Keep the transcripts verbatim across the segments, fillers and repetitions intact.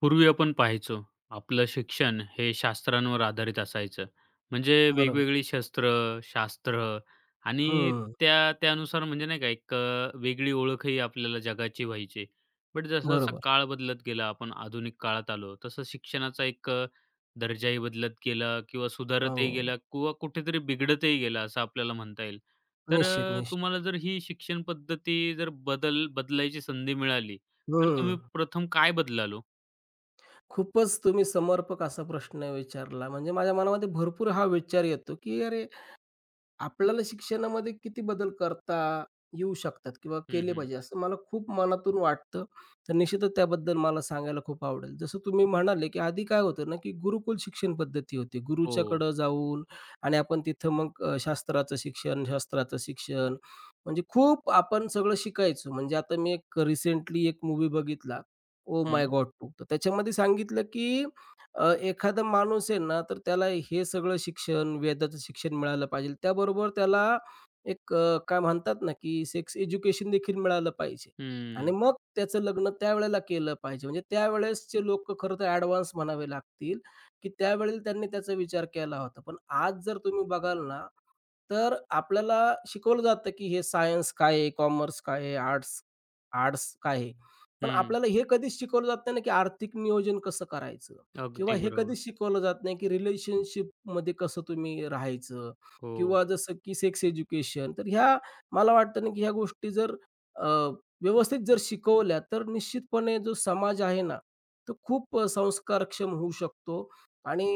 पूर्वी आपण पाहायचो, आपलं शिक्षण हे शास्त्रांवर आधारित असायचं. म्हणजे बरोबर. वेगवेगळी शस्त्र, शास्त्र आणि हं, त्या त्यानुसार म्हणजे नाही का एक अ, वेगळी ओळखही आपल्याला जगाची व्हायची. बट जसा-जसा बरोबर. काळ आहे. बदलत गेला, आपण आधुनिक काळात आलो, तसं शिक्षणाचा एक अ, दर्जाही बदलत गेला किंवा सुधारतही हो. गेला किंवा कुठेतरी बिघडतही गेला असं आपल्याला म्हणता येईल. तर निश्चित, अ, तुम्हाला निश्चित. जर ही शिक्षण पद्धती जर बदल बदलायची संधी मिळाली, तर हं. तुम्ही प्रथम काय बदलाल? खूपच तुम्ही समर्पक असा प्रश्न विचारला. म्हणजे माझ्या मनामध्ये भरपूर हा विचार येतो, की अरे, आपल्याला शिक्षणामध्ये किती बदल करता येऊ शकतात किंवा हं, केले हं. पाहिजे असं मला खूप मनातून वाटतं. तर निश्चितच त्याबद्दल मला सांगायला खूप आवडेल. जसं तुम्ही म्हणाले, की आधी काय होतं ना, की गुरुकुल शिक्षण पद्धती होती. हो. गुरुच्याकडं जाऊन आणि आपण तिथं मग अ, शास्त्राचं शिक्षण, शास्त्राचं शिक्षण म्हणजे खूप आपण सगळं शिकायचो. म्हणजे आता मी एक रिसेंटली एक मूव्ही बघितला, "ओह माय हं, गॉड टू." तर त्याच्यामध्ये सांगितलं, की अ, एखादा माणूस आहे ना, तर त्याला हे सगळं शिक्षण, वेदाचं शिक्षण मिळालं पाहिजे. त्याबरोबर त्याला एक अ, काय म्हणतात ना, की सेक्स एज्युकेशन देखील मिळालं पाहिजे आणि हं, मग त्याचं लग्न त्यावेळेला केलं पाहिजे. म्हणजे त्यावेळेसचे लोकं खरं तर ॲडव्हान्स म्हणावे लागतील, की त्यावेळेला त्यांनी त्याचा विचार केला होता. पण आज जर तुम्ही बघाल ना, तर आपल्याला शिकवलं जातं, की हे सायन्स काय आहे, कॉमर्स काय आहे, आर्ट्स आर्ट्स काय आहे. पण हं. आपल्याला हे कधीच शिकवलं जात नाही ना, की आर्थिक नियोजन कसं करायचं? किंवा अगदी हे बरोबर. कधीच शिकवलं जात नाही, की रिलेशनशिपमध्ये कसं तुम्ही राहायचं हो. किंवा जसं की सेक्स एज्युकेशन. तर ह्या मला वाटतं ना, की ह्या गोष्टी जर अ, व्यवस्थित जर शिकवल्या, तर निश्चितपणे जो समाज आहे ना, तो खूप अ, संस्कारक्षम होऊ शकतो आणि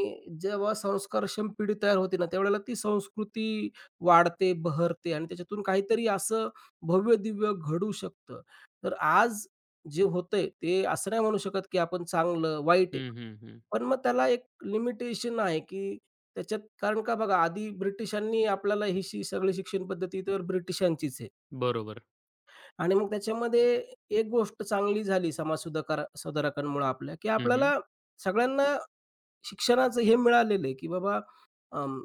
जेव्हा संस्कारक्षम पिढी तयार होते ना, त्यावेळेला ती संस्कृती वाढते, बहरते आणि त्याच्यातून काहीतरी असं भव्य-दिव्य घडू शकतं. तर आज जे होतंय, ते असं नाही म्हणू शकत, की आपण चांगलं, वाईट आहे. हं, हं, हं. पण मग त्याला एक लिमिटेशन आहे, की त्याच्यात कारण का बघा आधी ब्रिटिशांनी आपल्याला ही शि सगळी शिक्षण पद्धती तर ब्रिटिशांचीच आहे बरोबर. आणि मग त्याच्यामध्ये एक गोष्ट चांगली झाली समाज सुधाकर सुधारकांमुळं आपल्या, की हं, हं. आपल्याला सगळ्यांना शिक्षणाचं हे मिळालेलं आहे, की बाबा अं,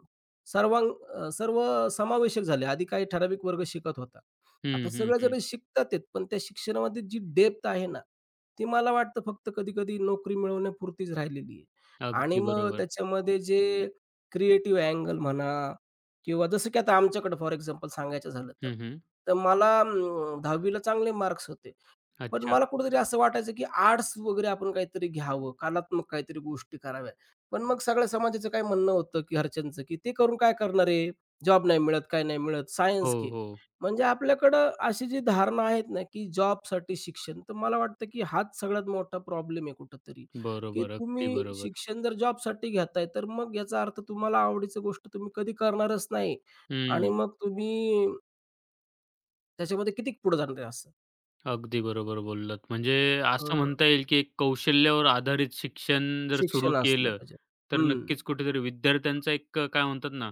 सर्वांग अ, सर्व समावेशक झाले. आधी काही ठराविक वर्ग शिकत होता. आता हं, हं, हं. सगळेजण शिकतात आहेत, पण त्या शिक्षणामध्ये जी डेप्थ आहे ना, ती मला वाटतं फक्त कधी-कधी नोकरी मिळवण्यापुरतीच राहिलेली आहे. आणि अगदी मग बरोबर. त्याच्यामध्ये जे क्रिएटिव्ह अँगल म्हणा किंवा जसं की आता आमच्याकडे फॉर एक्झाम्पल सांगायचं झालं तर. हं, हं. तर मला अं, दहावी चांगले मार्क्स होते. पण अच्छा. मला कुठेतरी असं वाटायचं, की आर्ट्स वगैरे आपण काहीतरी घ्यावं, कलात्मक काहीतरी गोष्टी कराव्यात. पण मग सगळ्या समाजाचं काय म्हणणं होतं, की घरच्यांचं, की "ते करून काय करणार आहे? जॉब नाही मिळत, काय नाही मिळत, हो, सायन्स घे." हो. म्हणजे आपल्याकडं अशी जी धारणा आहेत ना, की जॉबसाठी शिक्षण, तर मला वाटतं, की हाच सगळ्यात मोठा प्रॉब्लेम आहे कुठेतरी, की बरोबर. अगदी तुम्ही बरोबर. शिक्षण जर जॉबसाठी घेताय, तर मग याचा अर्थ तुम्हाला आवडीची गोष्ट तुम्ही कधी करणारच नाही आणि हं. मग तुम्ही त्याच्यामध्ये किती पुढे जाणार आहे असं. अगदी बरोबर बोललात. म्हणजे असं म्हणता येईल, की एक कौशल्यावर आधारित शिक्षण जर सुरू शिक्षण असलं केलं, पाहिजे. तर हं. नक्कीच कुठेतरी विद्यार्थ्यांचा एक अ, काय म्हणतात ना,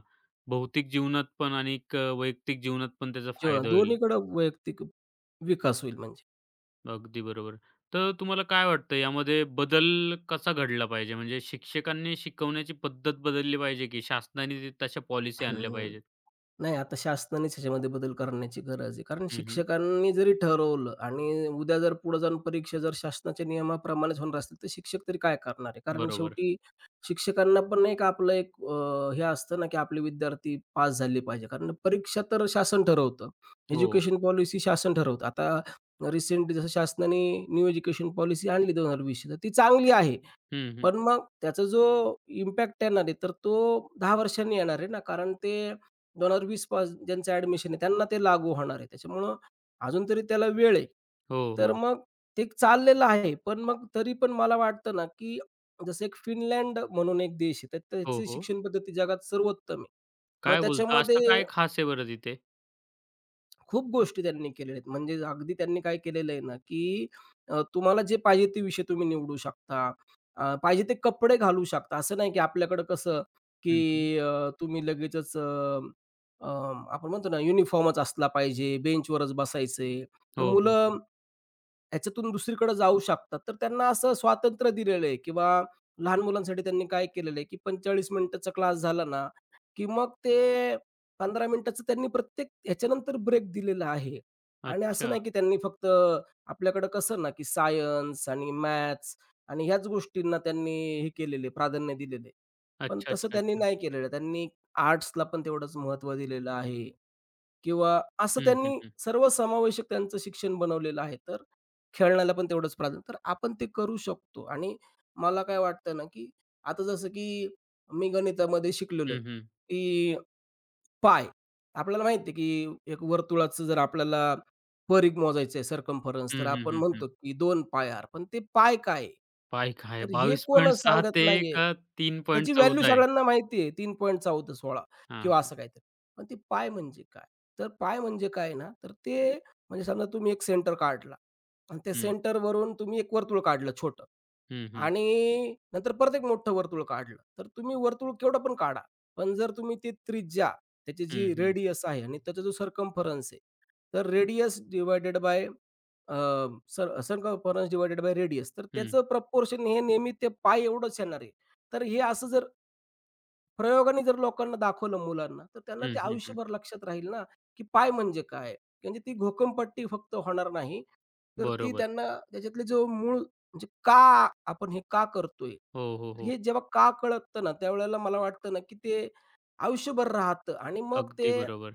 भौतिक जीवनात पण आणि एक अ, वैयक्तिक जीवनात पण त्याचा जीवनात फायदा होईल. दोन्हीकडं वैयक्तिक विकास होईल म्हणजे. अगदी बरोबर. तर तुम्हाला काय वाटतं यामध्ये बदल कसा घडला पाहिजे? म्हणजे शिक्षकांनी शिकवण्याची पद्धत बदलली पाहिजे, की शासनाने ते तशा पॉलिसी आणल्या हं. पाहिजेत? नाही आता शासनानेच ह्याच्यामध्ये बदल करण्याची गरज आहे. कारण हं, हं. शिक्षकांनी जरी ठरवलं आणि उद्या जर पुढे जाऊन परीक्षा जर शासनाच्या नियमाप्रमाणेच होणार असतील, तर शिक्षक तरी काय करणार आहे? कारण बरोबर. शेवटी शिक्षकांना पण एक आपलं एक अ, हे असतं ना, की आपले विद्यार्थी पास झाले पाहिजे. कारण परीक्षा तर शासन ठरवतं. हो. एज्युकेशन पॉलिसी शासन ठरवतं. आता रिसेंटली जसं शासनाने न्यू एज्युकेशन पॉलिसी आणली दोन हजार वीसची तर ती चांगली आहे. हं, हं. पण मग त्याचा जो इम्पॅक्ट येणार आहे, तर तो दहा वर्षांनी येणार आहे ना, कारण ते दोन हजार वीस पास ज्यांचं ॲडमिशन आहे, त्यांना ते लागू होणार आहे. त्याच्यामुळं अजून तरी त्याला वेळ आहे. हो, तर हो. मग ते चाललेलं आहे. पण मग तरी पण मला वाटतं ना, की जसं एक फिनलँड म्हणून एक देश आहे, तर हो, त्याची हो. शिक्षण पद्धती जगात सर्वोत्तम आहे. मग काय बोलता? असं त्याच्यामध्ये काय खास आहे बरं तिथे? खूप गोष्टी त्यांनी केलेल्या आहेत. म्हणजे अगदी त्यांनी काय केलेलं आहे ना, की अ, तुम्हाला जे पाहिजे ते विषय तुम्ही निवडू शकता. अ, पाहिजे ते कपडे घालू शकता. असं नाही की आपल्याकडं कसं, हं, हं. की अ, तुम्ही लगेचच अ, अ, आपण म्हणतो ना युनिफॉर्मच असला पाहिजे, बेंचवरच बसायचंय. तर हो, हो, मुलं हो. ह्याच्यातून दुसरीकडे जाऊ शकतात. तर त्यांना असं स्वातंत्र्य दिलेलं आहे किंवा लहान मुलांसाठी त्यांनी काय केलेलं आहे, की पंचेचाळीस मिनिटाचा क्लास झाला ना, की मग ते पंधरा मिनिटाचं त्यांनी प्रत्येक ह्याच्यानंतर ब्रेक दिलेला आहे. आणि असं अच्छा. नाही की त्यांनी फक्त आपल्याकडं कसं ना, की सायन्स आणि मॅथ्स आणि ह्याच गोष्टींना त्यांनी हे केलेले प्राधान्य दिलेले. पण अच्छा, तसं अच्छा, त्यांनी अच्छा. नाही केलेलं. त्यांनी आर्ट्सला पण तेवढंच महत्त्व दिलेलं आहे. किंवा असं हं, हं, त्यांनी हं. सर्वसमावेशक त्यांचं शिक्षण बनवलेलं आहे. तर खेळण्याला पण तेवढंच प्राधान्य. तर आपण ते करू शकतो आणि मला काय वाटतं ना, की आता जसं की मी गणितामध्ये शिकलेलो आहे, हं, हं. की पाय आपल्याला माहिती आहे, की एक वर्तुळाचं जर आपल्याला परिघ मोजायचं आहे सर्कम्फरन्स तर हं, हं, आपण हं, हं. म्हणतो, की दोन पाय पण ते पाय काय आहे? पाईक आहे तर हे कोणच बावीस पूर्णांक सहा सांगत ते नाहीये. का त्याची व्हॅल्यू तीन पूर्णांक एक चार आहे? सगळ्यांना माहिती आहे तीन पूर्णांक एक चार एक सहा हां, किंवा हां. असं काहीतरी. पण ते पाय म्हणजे काय? तर पाय म्हणजे काय ना, तर हं. ते म्हणजे समजा तुम्ही एक सेंटर काढला आणि त्या हं. सेंटरवरून तुम्ही एक वर्तुळ काढलं छोटं हं, हं. आणि नंतर परत एक मोठं वर्तुळ काढलं. तर तुम्ही वर्तुळ केवढं पण काढा. पण जर तुम्ही ती त्रिज्या, त्याची हं, जी हं. रेडियस आहे आणि त्याचा जो सर्कम्फरन्स आहे, तर radius divided by uh, sir circumference divided by radius तर हं. त्याचं प्रपोर्शन हे नेहमी ते पाय एवढंच येणार आहे. तर हे असं जर प्रयोगाने जर लोकांना दाखवलं मुलांना, तर त्यांना हं, ते हं, आयुष्यभर लक्षात राहील ना, की पाय म्हणजे काय? म्हणजे ती घोकंपट्टी फक्त होणार नाही, तर ती बरोबर. त्यांना त्याच्यातले जो मूळ म्हणजे का आपण हे का करतोय? हो, हो, तर हो. हे जेव्हा का कळतं ना, त्यावेळेला मला वाटतं ना, की ते आयुष्यभर राहतं आणि मग अगदी ते बरोबर.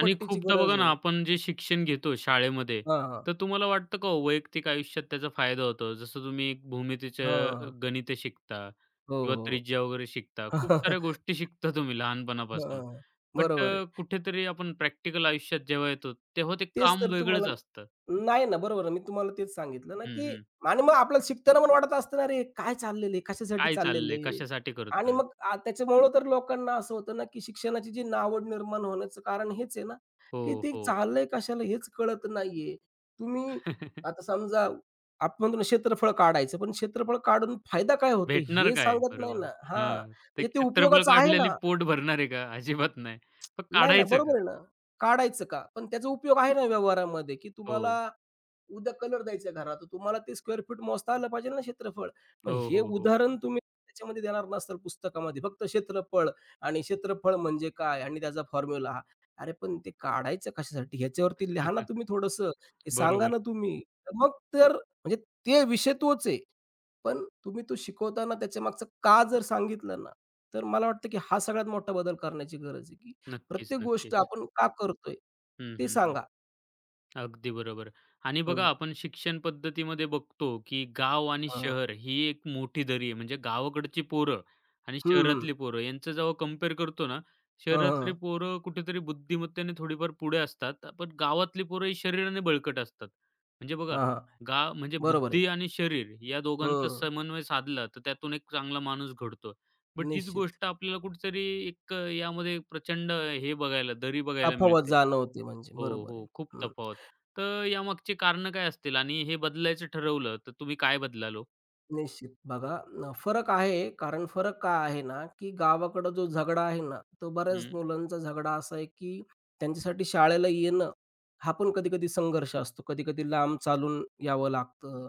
आणि खूपदा बघा गरज ना, नाही. आपण जे शिक्षण घेतो शाळेमध्ये, हां, हां. तर तुम्हाला वाटतं का हो वैयक्तिक आयुष्यात त्याचा फायदा होतो? जसं तुम्ही एक भूमितीचं हां. गणिते शिकता हो, किंवा त्रिज्या वगैरे हो. शिकता. खूप साऱ्या गोष्टी शिकता तुम्ही लहानपणापासून. हां, बट बरोबर आहे. अ, कुठेतरी आपण प्रॅक्टिकल आयुष्यात जेव्हा येतो, तेव्हा ते तेच काम तर तुम्हाला वेगळंच असतं. नाही ना, बरोबर आहे. मी तुम्हाला तेच सांगितलं ना, हं, की हं. आणि मग आपल्याला शिकताना पण वाटत असतं ना, "अरे, काय चाललेलं आहे? कशासाठी काय चाललेलं चाललंय? आहे?" कशासाठी आणि करतोय? मग आ, त्याच्यामुळं तर लोकांना असं होतं ना, की शिक्षणाची जी नावड निर्माण होण्याचं कारण हेच आहे ना, हो, की ते हो. चाललंय कशाला हेच कळत नाहीये. तुम्ही आता समजा आपण म्हणतो ना, क्षेत्रफळ काढायचं, पण क्षेत्रफळ काढून फायदा काय होतो भेटणार हे काय? सांगत नाही बरोबर. ना. हां, हां. ते म्हणजे ते क्षेत्रफळ उपयोगाचं आहे काढल्याने ना. पोट भरणार आहे का? अजिबात नाही. पण नाही ना, काढायचं का? बरोबर आहे ना. काढायचं का? पण त्याचा उपयोग आहे ना व्यवहारामध्ये, की तुम्हाला हो. उद्या कलर द्यायचा घरात, तर तुम्हाला ते स्क्वेअर फीट मोजता आलं पाहिजे ना क्षेत्रफळ. मग हो, हे हो, हो. उदाहरण तुम्ही त्याच्यामध्ये देणार नसाल पुस्तकामध्ये, फक्त क्षेत्रफळ आणि क्षेत्रफळ म्हणजे काय आणि त्याचा फॉर्म्युला हा. अरे पण ते काढायचं कशासाठी? ह्याच्यावरती लिहा ना तुम्ही थोडंसं, हे सांगा बरोबर. ना तुम्ही. तर मग तर म्हणजे ते विषय तोच आहे. पण तुम्ही तो शिकवताना त्याच्यामागचं का जर सांगितलं ना, तर मला वाटतं की हा सगळ्यात मोठा बदल करण्याची गरज आहे, की नक्कीच, प्रत्येक गोष्ट नक्कीच. आपण का करतोय? हं, ते हं, हं. सांगा. अगदी बरोबर. आणि बघा हं, आपण शिक्षण पद्धतीमध्ये बघतो, की गाव आणि हां. शहर ही एक मोठी दरी आहे. म्हणजे गावाकडची पोरं आणि हं. शहरातली पोरं यांचं जेव्हा कंपेअर करतो ना, हां, शहरातली हां. पोरं कुठेतरी बुद्धिमत्तेने थोडीफार पुढे असतात. पण गावातली पोरं ही शरीराने बळकट असतात. म्हणजे बघा, हां, हां. गा म्हणजे बरोबर आहे. बुद्धी आणि शरीर या दोघांचा हं. समन्वय साधला, तर त्यातून एक चांगला माणूस घडतो. बट हीच निश्चित. गोष्ट आपल्याला कुठेतरी एक अ, यामध्ये प्रचंड हे बघायला, दरी बघायला तफावत मिळते. जाणवते म्हणजे. हो, बरोबर हो. आहे. खूप हं. तफावत. तर यामागची कारणं काय असतील आणि हे बदलायचं ठरवलं, तर तुम्ही काय बदलालो? निश्चित. बघा अ, फरक आहे. कारण फरक काय आहे ना, की गावाकडं जो झगडा आहे ना, तो बऱ्याच हं, मुलांचा झगडा असा आहे, की त्यांच्यासाठी शाळेला येणं हा पण कधी-कधी संघर्ष असतो. कधी-कधी लांब चालून यावं लागतं.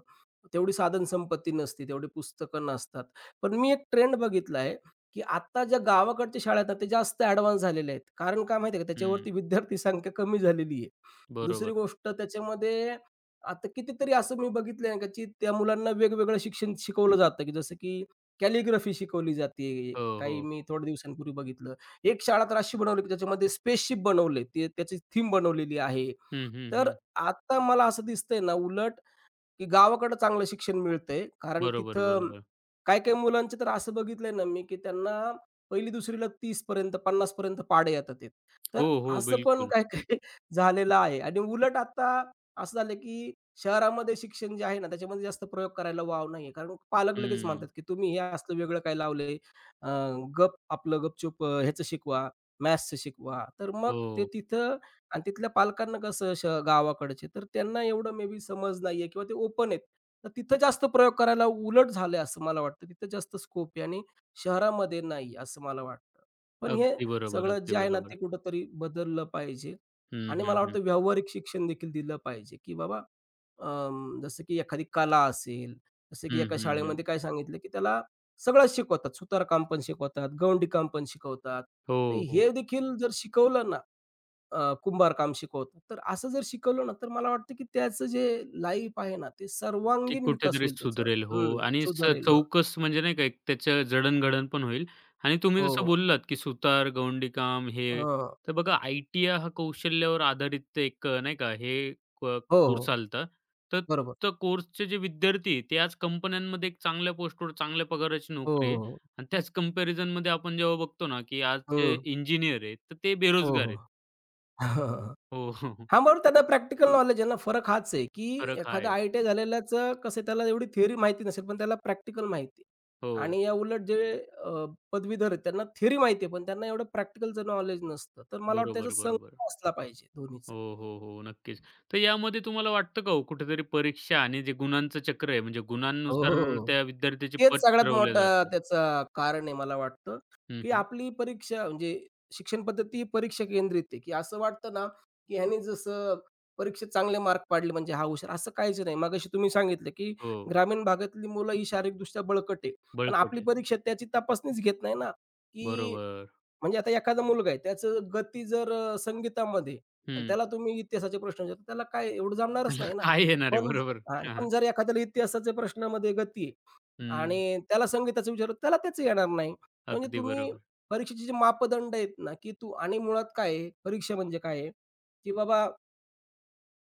तेवढी साधनसंपत्ती नसते, तेवढी पुस्तकं नसतात. पण मी एक ट्रेंड बघितला आहे, की आत्ता ज्या गावाकडच्या शाळा आहेत ना, ते जास्त ॲडव्हान्स झालेले आहेत. कारण काय माहिती आहे का, हं. त्याच्यावरती विद्यार्थी संख्या कमी झालेली आहे. दुसरी बरोबर. गोष्ट त्याच्यामध्ये आता कितीतरी असं मी बघितलंय का, की त्या मुलांना वेगवेगळं शिक्षण शिकवलं जातं, की जसं की कॅलिग्राफी शिकवली जाते. हो, काही हो. मी थोड्या दिवसांपूर्वी बघितलं. एक शाळा तर अशी बनवली, की त्याच्यामध्ये स्पेसशिप बनवले. ते त्याची थीम बनवलेली आहे. हं, हं, तर हं. आता मला असं दिसतंय ना, उलट की गावाकडं चांगलं शिक्षण मिळतंय. कारण बरोबर, तिथं बरोबर. काही-काही मुलांचे तर असं बघितलंय ना मी, की त्यांना पहिली दुसरी ला तीस पर्यंत पन्नास पर्यंत पाड़े येतात आहेत. तर हो, हो. असं पण बिलकुल. काही-काही झालेलं आहे आणि उलट आता असं झालं, की शहरामध्ये शिक्षण जे आहे ना, त्याच्यामध्ये जास्त प्रयोग करायला वाव नाहीये. कारण पालक लगेच म्हणतात, हं. की "तुम्ही हे असलं वेगळं काय लावलंय? अ, गप आपलं गपचूप अ, ह्याचं शिकवा, मॅथ्सचं शिकवा." तर मग ते हो. तिथं आणि तिथल्या पालकांना कसं श गावाकडचे, तर त्यांना एवढं मे बी समज नाहीये किंवा ते ओपन आहेत. तर तिथं जास्त प्रयोग करायला उलट झालंय असं मला वाटतं. तिथं जास्त स्कोप आहे आणि शहरामध्ये नाही असं मला वाटतं. पण हे अगदी बरोबर, सगळं अगदी जे आहे ना, बरोबर. ते कुठेतरी बदललं पाहिजे हं, आणि हं, मला हं. वाटतं व्यावहारिक शिक्षण देखील दिलं पाहिजे, की बाबा अं, जसं की एखादी कला असेल, जसं की हं, एका हं, हं. शाळेमध्ये काय सांगितलं, की त्याला सगळंच शिकवतात. सुतारकाम पण शिकवतात, गवंडीकाम पण शिकवतात. तर हो, हो. हे देखील जर शिकवलं ना अ, कुंभारकाम शिकवतात. तर असं जर शिकवलं ना, तर मला वाटतं की त्याचं जे लाईफ आहे ना, ते ते सर्वांगीण विकास कुठेतरी होईल त्याचा. सुधरेल. हो, हं, आणि स सुधारेल. चौकस म्हणजे नाही का एक त्याचं जडण-घडण पण होईल. आणि तुम्ही हो, जसं हो. बोललात, की सुतार, गवंडीकाम हे, हं. तर बघा, आयटीआय हा कौशल्यावर आधारित ते एक अ, नाही का हे क हो, कोर्स हो. आलता. तर बरोबर. त्या कोर्सचे जे विद्यार्थी आहे, ते आज कंपन्यांमध्ये एक चांगल्या पोस्टवर चांगल्या पगाराची हो, नोकरी हो, आहे. हो. आणि त्याच कंपॅरिझनमध्ये आपण जेव्हा बघतो ना, की आज जे हं. इंजिनिअर आहेत, तर ते हो, बेरोजगार हो. आहेत. हो, हो, हो. हां, बरोबर त्यांना प्रॅक्टिकल नॉलेज आहे ना. फरक हाच आहे की फरक हा एखादा आहे. आय-टी-आय झालेल्याचं कसं आहे, त्याला एवढी थिअरी माहिती नसेल, पण त्याला प्रॅक्टिकल माहिती आहे. हो. आणि या उलट जे अ, पदवीधर आहेत, त्यांना थिअरी माहिती आहे, पण त्यांना एवढं प्रॅक्टिकलचं नॉलेज नसतं. तर मला वाटतं त्याचा बरोबर, बरोबर. संगम असला पाहिजे हो, दोन्हीचा. हो, हो. नक्कीच. तर यामध्ये तुम्हाला वाटतं का हो, कुठेतरी परीक्षा आणि जे गुणांचं चक्र आहे, म्हणजे हो, गुणांनुसार हो. त्या विद्यार्थ्याची तेच पत सगळ्यात ठरवल्या मोठं जाते. त्याचं कारण आहे मला वाटतं, हं, की हं. आपली परीक्षा म्हणजे शिक्षण पद्धती ही परीक्षा केंद्रित आहे, की असं वाटतं ना, की ह्याने जसं परीक्षेत चांगले मार्क पाडले म्हणजे हा हुशार, असं काहीच नाही. मगाशी तुम्ही सांगितलं, की हो, ग्रामीण भागातली मुलं ही शारीरिकदृष्ट्या बळकट आहे. पण बळकट आपली आहे. परीक्षा त्याची तपासणीच घेत नाही ना, की बरोबर. म्हणजे आता एखादा मुलगा आहे, त्याचं गती जर अ, संगीतामध्ये आणि हं. त्याला तुम्ही इतिहासाचे प्रश्न विचारता, त्याला काय एवढं जमणारच नाही ना. काय येणार आहे? पण बरोबर. हां, हां, हां. पण जर एखाद्याला इतिहासाच्या प्रश्नामध्ये गती आहे, हं. आणि त्याला संगीताचं विचारलं, त्याला त्याच येणार नाही. तर म्हणजे अगदी तुम्ही बरोबर. परीक्षेचे जे मापदंड आहेत ना, की तू आणि मुळात काय आहे, परीक्षा म्हणजे काय आहे, की बाबा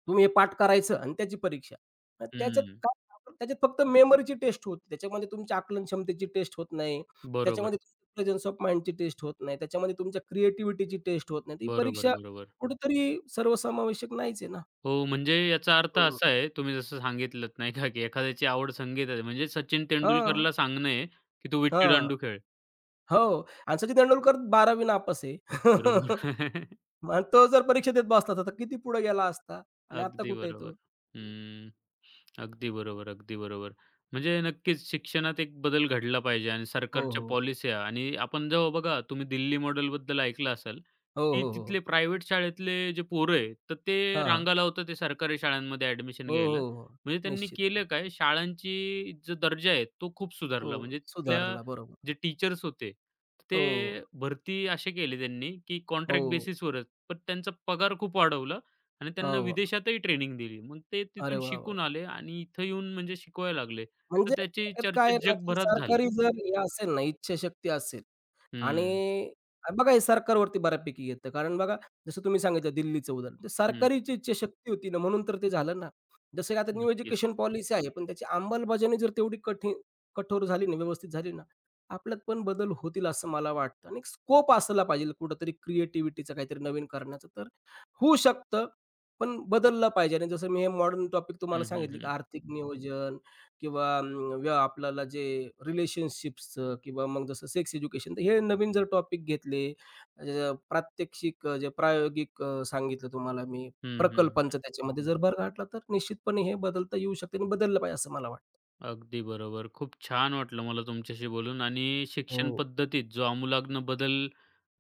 तुम्ही हे पाठ करायचं आणि त्याची परीक्षा. मग त्याच्यात हं. काय त्याच्यात फक्त मेमरीची टेस्ट होते. त्याच्यामध्ये तुमच्या आकलन क्षमतेची टेस्ट होत नाही. बरोबर, त्याच्यामध्ये प्रेझन्स ऑफ माइंडची टेस्ट होत नाही. त्याच्यामध्ये तुमच्या क्रिएटिव्हिटीची टेस्ट होत नाही. ती बरोबर, परीक्षा बरोबर. कुठेतरी सर्वसमावेशक नाहीच आहे ना. हो, म्हणजे याचा अर्थ हो. असा आहे, तुम्ही जसं सांगितलंत नाही का, की एखाद्याची आवड संगीतात आहे, म्हणजे सचिन हां, तेंडुलकरला सांगणं आहे, की "तू हां. विट्टी-दांडू खेळ." हो आणि सचिन तेंडुलकर बारावी नापास आहे. बरोबर. मग आणि तो जर परीक्षा देत बसला असता, तर किती पुढे गेला असता आणि आता अगदी कुठे आहे बरोबर. तो? हं. अगदी बरोबर, अगदी बरोबर. म्हणजे नक्कीच शिक्षणात एक बदल घडला पाहिजे. आणि हो, सरकारच्या हो. पॉलिस्या आणि आपण जेव्हा बघा, तुम्ही दिल्ली मॉडेलबद्दल ऐकलं असाल, हो, की हो, हो. तिथले प्रायव्हेट शाळेतले जे पोरं आहे, तर ते हां, हां. रांगा लावतात ते सरकारी शाळांमध्ये ॲडमिशन हो, हो, घ्यायला. हो. हो. म्हणजे त्यांनी निश्चित. केलं काय, शाळांची जो दर्जा आहे तो खूप हो, सुधारला. म्हणजे तिथल्या सुधारला. बरोबर. जे टीचर्स होते, ते हो, भरती असे केले त्यांनी, की हो, कॉन्ट्रॅक्ट हो. बेसिसवरच. पण त्यांचा पगार खूप वाढवला आणि त्यांना हो. विदेशातही ट्रेनिंग दिली. मग ते अरे तिथून वाह, वाह, शिकून वाह! आले आणि इथं येऊन म्हणजे शिकवायला लागले. म्हणजे तर त्याची त्यात काय आहे चर्चा ना, की जगभरात झाली. सरकारी जर हे असेल ना, इच्छाशक्ती असेल हं, आणि बघा, हे सरकारवरती बऱ्यापैकी येतं. कारण बघा, जसं तुम्ही सांगितलं दिल्लीचं उदाहरण, तर हं. सरकारची इच्छाशक्ती होती ना, म्हणून तर ते झालं ना. जसं की आता न्यू नक्कीच. एज्युकेशन पॉलिसी आहे, पण त्याची अंमलबजावणी जर तेवढी कठी कठोर झाली ना, व्यवस्थित झाली ना, आपल्यात पण बदल होतील असं मला वाटतं आणि स्कोप असायला पाहिजे कुठेतरी क्रिएटिव्हिटीचं काहीतरी नवीन करण्याचं, तर होऊ शकतं, पण बदललं पाहिजे आणि जसं मी हे मॉडर्न टॉपिक तुम्हाला हं, हं, सांगितले, की हं. आर्थिक नियोजन किंवा अं, व्य आपल्याला जे रिलेशनशिप्सचं किंवा मग जसं सेक्स एज्युकेशन तर हे नवीन जर टॉपिक घेतले अ, प्रात्यक्षिक अ, जे प्रायोगिक अ, सांगितलं तुम्हाला मी हं, हं, प्रकल्पांचं हं. त्याच्यामध्ये जर भर घातला तर निश्चितपणे हे बदलता येऊ शकते आणि बदललं पाहिजे असं मला वाटतं. अगदी बरोबर. खूप छान वाटलं मला तुमच्याशी बोलून. आणि शिक्षण हो, पद्धतीत जो आमूलाग्न बदल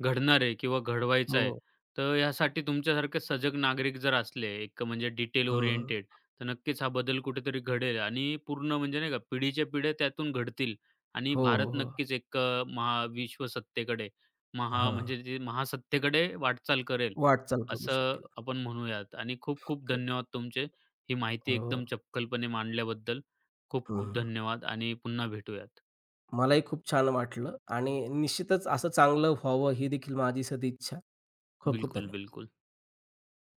घडणार आहे किंवा घडवायचा आहे, हो. तर यासाठी तुमच्यासारखे सजग नागरिक जर असले, एक म्हणजे डिटेल हं. ओरिएंटेड, तर नक्कीच हा बदल कुठेतरी घडेल आणि पूर्ण म्हणजे नाही का पिढीच्या पिढ्या त्यातून घडतील आणि हो, भारत हो, हो. नक्कीच एक अ, महाविश्वसत्तेकडे महा हां. म्हणजे जे महासत्तेकडे वाटचाल करेल, वाटचाल करू असं शकेल. आपण म्हणूयात. आणि खूप खूप क धन्यवाद तुमचे. ही माहिती हो. एकदम चपखलपणे मांडल्याबद्दल. खूप खूप हं. धन्यवाद आणि पुन्हा भेटूयात. मलाही खूप छान वाटलं आणि निश्चितच असं चांगलं व्हावं ही देखील माझी सदिच्छा. खूप खूप बिलकुल, धन्यवाद. बिलकुल.